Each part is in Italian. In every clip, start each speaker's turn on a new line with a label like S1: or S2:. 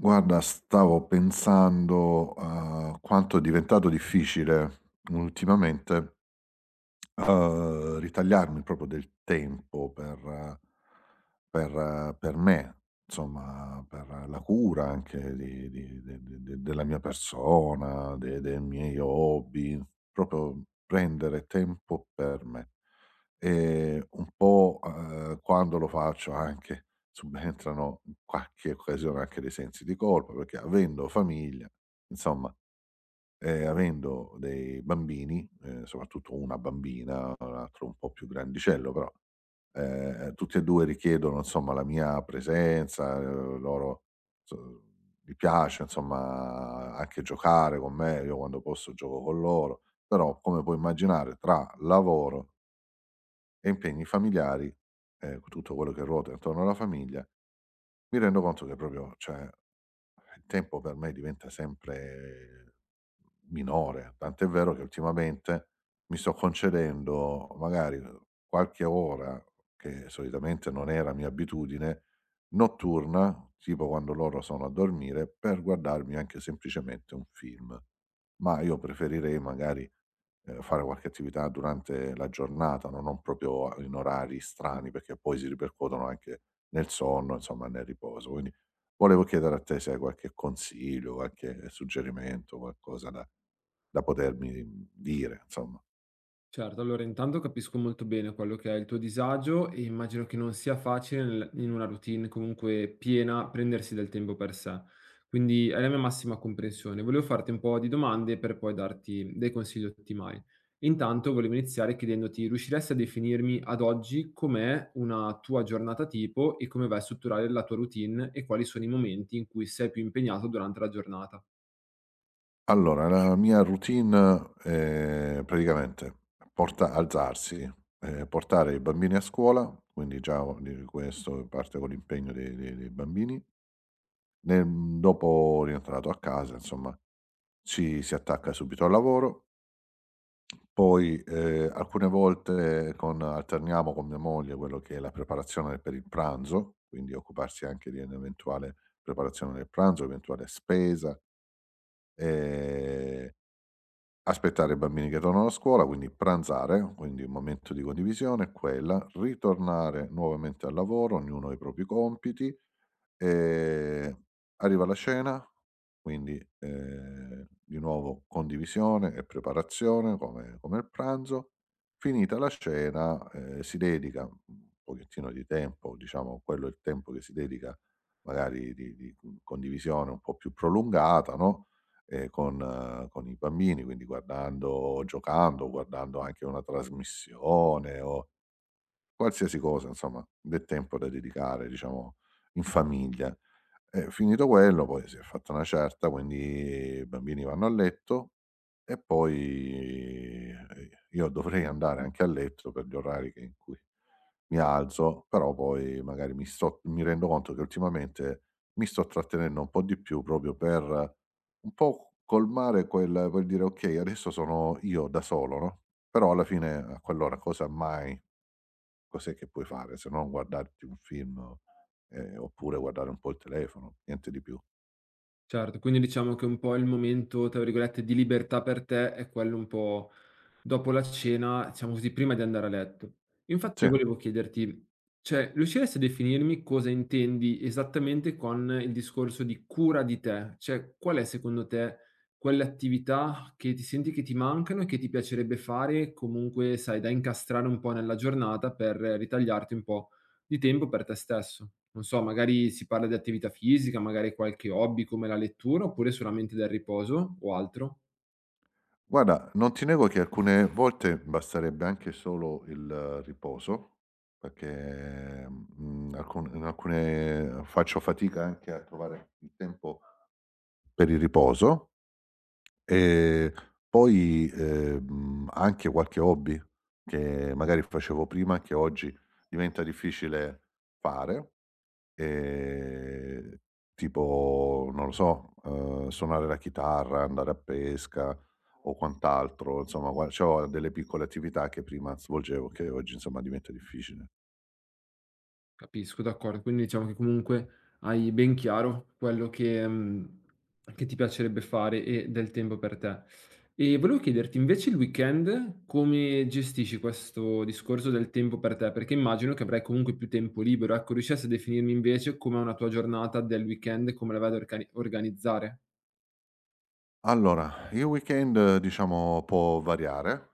S1: Guarda, stavo pensando a quanto è diventato difficile ultimamente, ritagliarmi proprio del tempo per me, insomma, per la cura anche di de de de della mia persona, de dei miei hobby, proprio prendere tempo per me. Un po', quando lo faccio anche subentrano in qualche occasione anche dei sensi di colpa, perché avendo famiglia, insomma, avendo dei bambini, soprattutto una bambina, l'altro un po' più grandicello però, tutti e 2 richiedono insomma la mia presenza, loro so gli piace insomma anche giocare con me, io quando posso gioco con loro, però come puoi immaginare tra lavoro e impegni familiari, co tutto quello che ruota intorno alla famiglia, mi rendo conto che proprio cioè, il tempo per me diventa sempre minore, tant'è vero che ultimamente mi sto concedendo magari qualche ora, che solitamente non era mia abitudine, notturna, tipo quando loro sono a dormire, per guardarmi anche semplicemente un film. Ma io preferirei magari fare qualche attività durante la giornata, no, non proprio a in orari strani, perché poi si ripercuotono anche nel sonno, insomma, nel riposo. Quindi volevo chiedere a te se hai qualche consiglio, qualche suggerimento, qualcosa da potermi dire, insomma.
S2: Certo, allora intanto capisco molto bene quello che è il tuo disagio e immagino che non sia facile in una routine comunque piena prendersi del tempo per sé. Quindi è la mia massima comprensione. Volevo farti un po' di domande per poi darti dei consigli ottimali. Intanto volevo iniziare chiedendoti, riusciresti a definirmi ad oggi com'è una tua giornata tipo e come vai a strutturare la tua routine e quali sono i momenti in cui sei più impegnato durante la giornata?
S1: Allora, la mia routine, praticamente porta alzarsi, portare i bambini a scuola, quindi già o di questo parte con l'impegno dei bambini. Dopo rientrato a casa insomma, ci si attacca subito al lavoro, poi, alcune volte con alterniamo con mia moglie quello che è la preparazione per il pranzo, quindi occuparsi anche di un'eventuale preparazione del pranzo, eventuale spesa, ehm, aspettare i bambini che tornano a scuola, quindi pranzare, quindi un momento di condivisione è quella, ritornare nuovamente al lavoro, ognuno ha i propri compiti. Ehm, Arriva la cena, quindi, di nuovo condivisione e preparazione come il pranzo. Finita la cena, si dedica un pochettino di tempo, diciamo quello è il tempo che si dedica magari di condivisione un po' più prolungata, no, con i bambini, quindi guardando giocando, guardando anche una trasmissione o qualsiasi cosa insomma, del tempo da dedicare diciamo in famiglia. E finito quello poi si è fatta una certa, quindi i bambini vanno a letto e poi, io dovrei andare anche a letto per gli orari che in cui mi alzo, però poi magari mi rendo conto che ultimamente mi sto trattenendo un po' di più proprio per un po' colmare quel dire: "Okay, adesso sono io da solo", no, però alla fine a quell'ora cosa mai cos'è che puoi fare se non guardarti un film, oppure guardare un po' il telefono, niente di più.
S2: Certo, quindi diciamo che un po' il momento, tra virgolette, "di libertà" per te è quello un po' dopo la cena, diciamo così, prima di andare a letto. Infatti
S1: Sì,
S2: io volevo chiederti cioè, riusciresti a definirmi cosa intendi esattamente con il discorso di cura di te? Cioè, qual è secondo te quelle attività che ti senti che ti mancano e che ti piacerebbe fare comunque, sai, da incastrare un po' nella giornata per ritagliarti un po' di tempo per te stesso? Non so, magari si parla di attività fisica, magari qualche hobby come la lettura, oppure solamente del riposo o altro?
S1: guarda, non ti nego che alcune volte basterebbe anche solo il riposo, perché, mhmm, alcune faccio fatica anche a trovare il tempo per il riposo e poi, anche qualche hobby che magari facevo prima, che oggi diventa difficile fare. Ehm, tipo, non lo so, suonare la chitarra, andare a pesca o quant'altro, insomma gua c'ho delle piccole attività che prima svolgevo, che oggi insomma diventa difficile.
S2: Capisco, d'accordo. Quindi diciamo che comunque hai ben chiaro quello che, che ti piacerebbe fare e del tempo per te. E volevo chiederti invece il weekend come gestisci questo discorso del tempo per te? Perché immagino che avrai comunque più tempo libero, ecco, riusciresti a definirmi invece com'è una tua giornata del weekend, come la vai ad organizzare?
S1: Allora, il weekend diciamo può variare.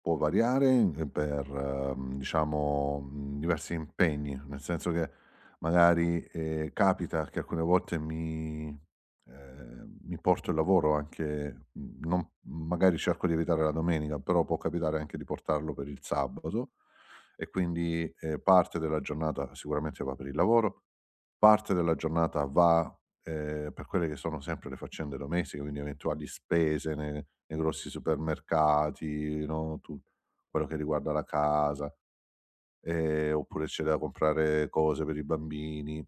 S1: Può variare, ehm, per, diciamo, mhmm, diversi impegni, nel senso che magari, capita che alcune volte mi porto il lavoro anche mhmm, non magari cerco di evitare la domenica, però può capitare anche di portarlo per il sabato e quindi, parte della giornata sicuramente va per il lavoro, parte della giornata va per quelle che sono sempre le faccende domestiche, quindi eventuali spese ne nei grossi supermercati, no, tu quello che riguarda la casa, oppure c'è da comprare cose per i bambini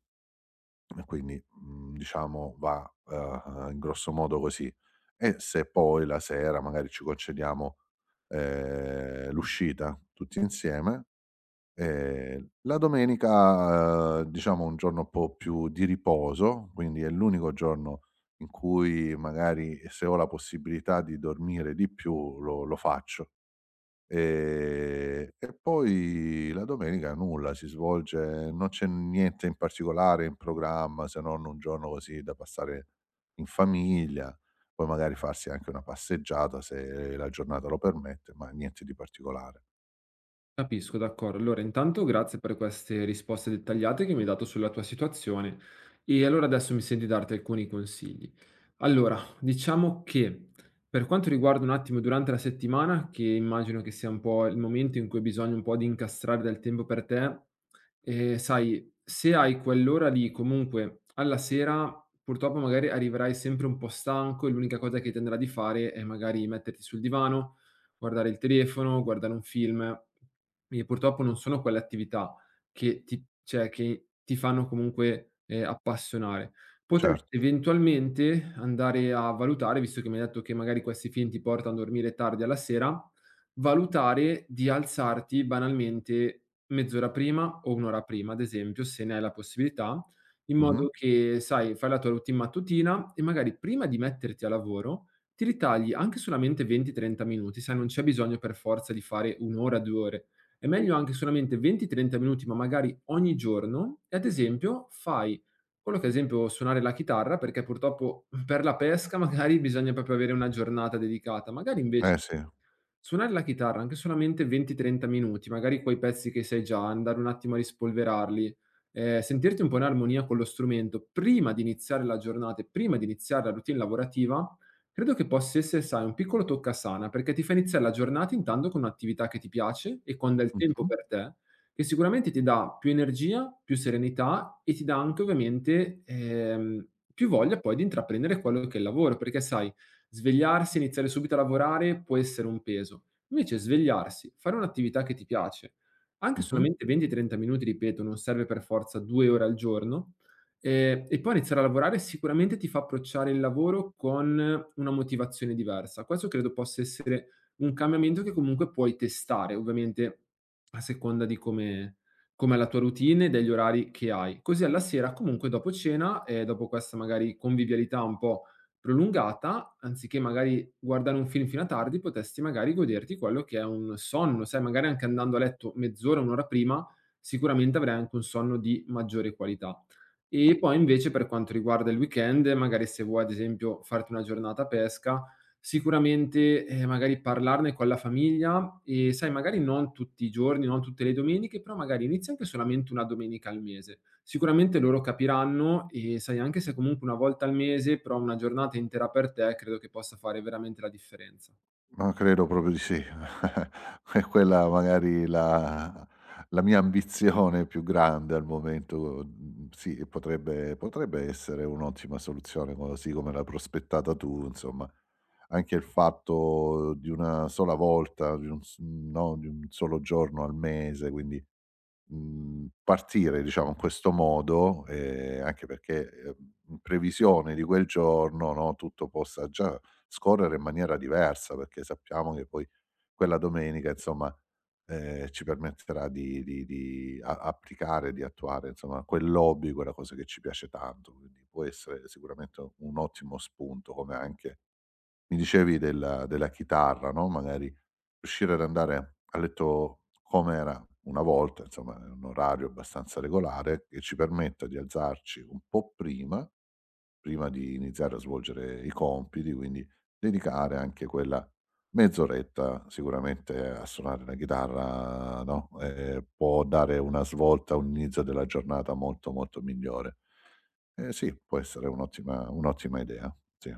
S1: e quindi, mhmm, diciamo va, in grosso modo così. E se poi la sera magari ci concediamo, l'uscita tutti insieme. La domenica, diciamo un giorno un po' più di riposo, quindi è l'unico giorno in cui magari se ho la possibilità di dormire di più lo faccio. E poi la domenica nulla, si svolge non c'è niente in particolare in programma, se non un giorno così da passare in famiglia, poi magari farsi anche una passeggiata se la giornata lo permette, ma niente di particolare.
S2: Capisco, d'accordo. Allora intanto grazie per queste risposte dettagliate che mi hai dato sulla tua situazione. E allora adesso mi sento di darti alcuni consigli. Allora, diciamo che per quanto riguarda un attimo durante la settimana, che immagino che sia un po' il momento in cui hai bisogno un po' di incastrare del tempo per te, sai, se hai quell'ora lì comunque alla sera, purtroppo magari arriverai sempre un po' stanco e l'unica cosa che ti andrà di fare è magari metterti sul divano, guardare il telefono, guardare un film. E purtroppo non sono quelle attività che ti cioè, che ti fanno comunque, appassionare.
S1: Certo.
S2: Potresti eventualmente andare a valutare, visto che mi hai detto che magari questi film ti portano a dormire tardi alla sera, valutare di alzarti banalmente mezz'ora prima o 1 ora prima, ad esempio, se ne hai la possibilità, in
S1: Mh-mh.
S2: modo che, sai, fai la tua routine mattutina e magari prima di metterti a lavoro ti ritagli anche solamente 20, 30 minuti, sai, non c'è bisogno per forza di fare 1 ora, 2 ore. È meglio anche solamente 20, 30 minuti, ma magari ogni giorno e ad esempio fai quello che ad esempio suonare la chitarra, perché purtroppo per la pesca magari bisogna proprio avere una giornata dedicata. Magari invece
S1: Eh sì.
S2: suonare la chitarra anche solamente 20, 30 minuti, magari quei pezzi che sai già, andare un attimo a rispolverarli, sentirti un po' in armonia con lo strumento prima di iniziare la giornata e prima di iniziare la routine lavorativa, credo che possa essere, sai, un piccolo toccasana, perché ti fa iniziare la giornata intanto con un'attività che ti piace e quando hai il tempo
S1: Mh-mh.
S2: per te, che sicuramente ti dà più energia, più serenità e ti dà anche ovviamente, più voglia poi di intraprendere quello che è il lavoro, perché sai svegliarsi e iniziare subito a lavorare può essere un peso. Invece svegliarsi, fare un'attività che ti piace, anche
S1: Mh-mh.
S2: solamente 20-30 minuti, ripeto, non serve per forza 2 ore al giorno, e poi iniziare a lavorare sicuramente ti fa approcciare il lavoro con una motivazione diversa. Questo credo possa essere un cambiamento che comunque puoi testare, ovviamente a seconda di come com'è la tua routine e degli orari che hai. Così alla sera comunque dopo cena e dopo questa magari convivialità un po' prolungata, anziché magari guardare un film fino a tardi, potesti magari goderti quello che è un sonno, sai, magari anche andando a letto mezz'ora, 1 ora prima, sicuramente avrai anche un sonno di maggiore qualità. E poi invece per quanto riguarda il weekend, magari se vuoi ad esempio farti una giornata a pesca, sicuramente, magari parlarne con la famiglia e sai, magari non tutti i giorni, non tutte le domeniche, però magari inizia anche solamente 1 domenica al mese. Sicuramente loro capiranno e sai anche se comunque 1 volta al mese, però 1 giornata intera per te credo che possa fare veramente la differenza.
S1: Ma credo proprio di sì. È quella magari la mia ambizione più grande al momento, mhmm, sì e potrebbe essere un'ottima soluzione così come l'hai prospettata tu, insomma. Anche il fatto di una sola volta, di un s no, di un solo giorno al mese, quindi mhmm, partire diciamo in questo modo, anche perché, in previsione di quel giorno, no, tutto possa già scorrere in maniera diversa, perché sappiamo che poi quella domenica insomma, ci permetterà di a applicare, di attuare insomma quell'hobby, quella cosa che ci piace tanto, quindi può essere sicuramente un ottimo spunto, come anche mi dicevi della chitarra, no, magari riuscire ad andare a letto com'era una volta, insomma in un orario abbastanza regolare, che ci permetta di alzarci un po' prima, prima di iniziare a svolgere i compiti, quindi dedicare anche quella mezz'oretta sicuramente a suonare la chitarra, no, può dare una svolta, un inizio della giornata molto, molto migliore. Eh sì, può essere un'ottima idea, sì.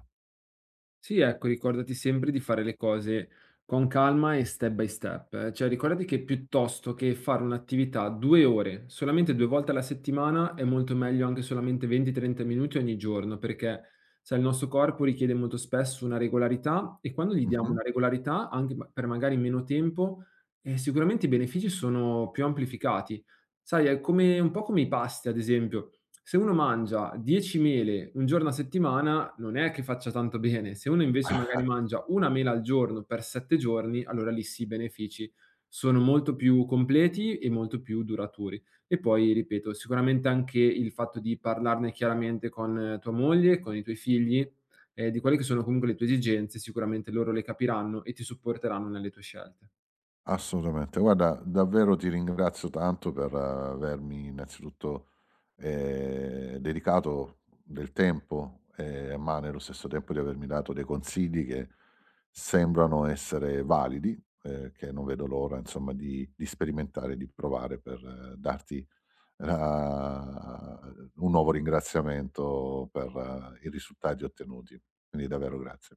S2: Sì, ecco, ricordati sempre di fare le cose con calma e step by step. Eh. Cioè ricordati che piuttosto che fare un'attività 2 ore, solamente 2 volte alla settimana, è molto meglio anche solamente 20, 30 minuti ogni giorno, perché sai il nostro corpo richiede molto spesso una regolarità e quando gli diamo
S1: Mh-mh.
S2: una regolarità, anche ma per magari meno tempo, sicuramente i benefici sono più amplificati. Sai, è come un po' come i pasti, ad esempio. Se uno mangia 10 mele un giorno a settimana, non è che faccia tanto bene. Se uno invece magari mangia 1 mela al giorno per 7 giorni, allora lì sì, i benefici sono molto più completi e molto più duraturi. E poi, ripeto, sicuramente anche il fatto di parlarne chiaramente con tua moglie, con i tuoi figli, di quelle che sono comunque le tue esigenze, sicuramente loro le capiranno e ti supporteranno nelle tue scelte.
S1: Assolutamente. Guarda, davvero ti ringrazio tanto per avermi innanzitutto, dedicato del tempo, ma nello stesso tempo di avermi dato dei consigli che sembrano essere validi, che non vedo l'ora insomma di sperimentare, di provare per darti la un nuovo ringraziamento per i risultati ottenuti. Quindi davvero grazie.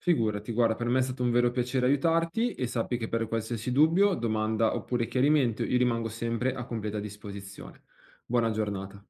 S2: Figurati, guarda, per me è stato un vero piacere aiutarti e sappi che per qualsiasi dubbio, domanda oppure chiarimento, io rimango sempre a completa disposizione. Buona giornata.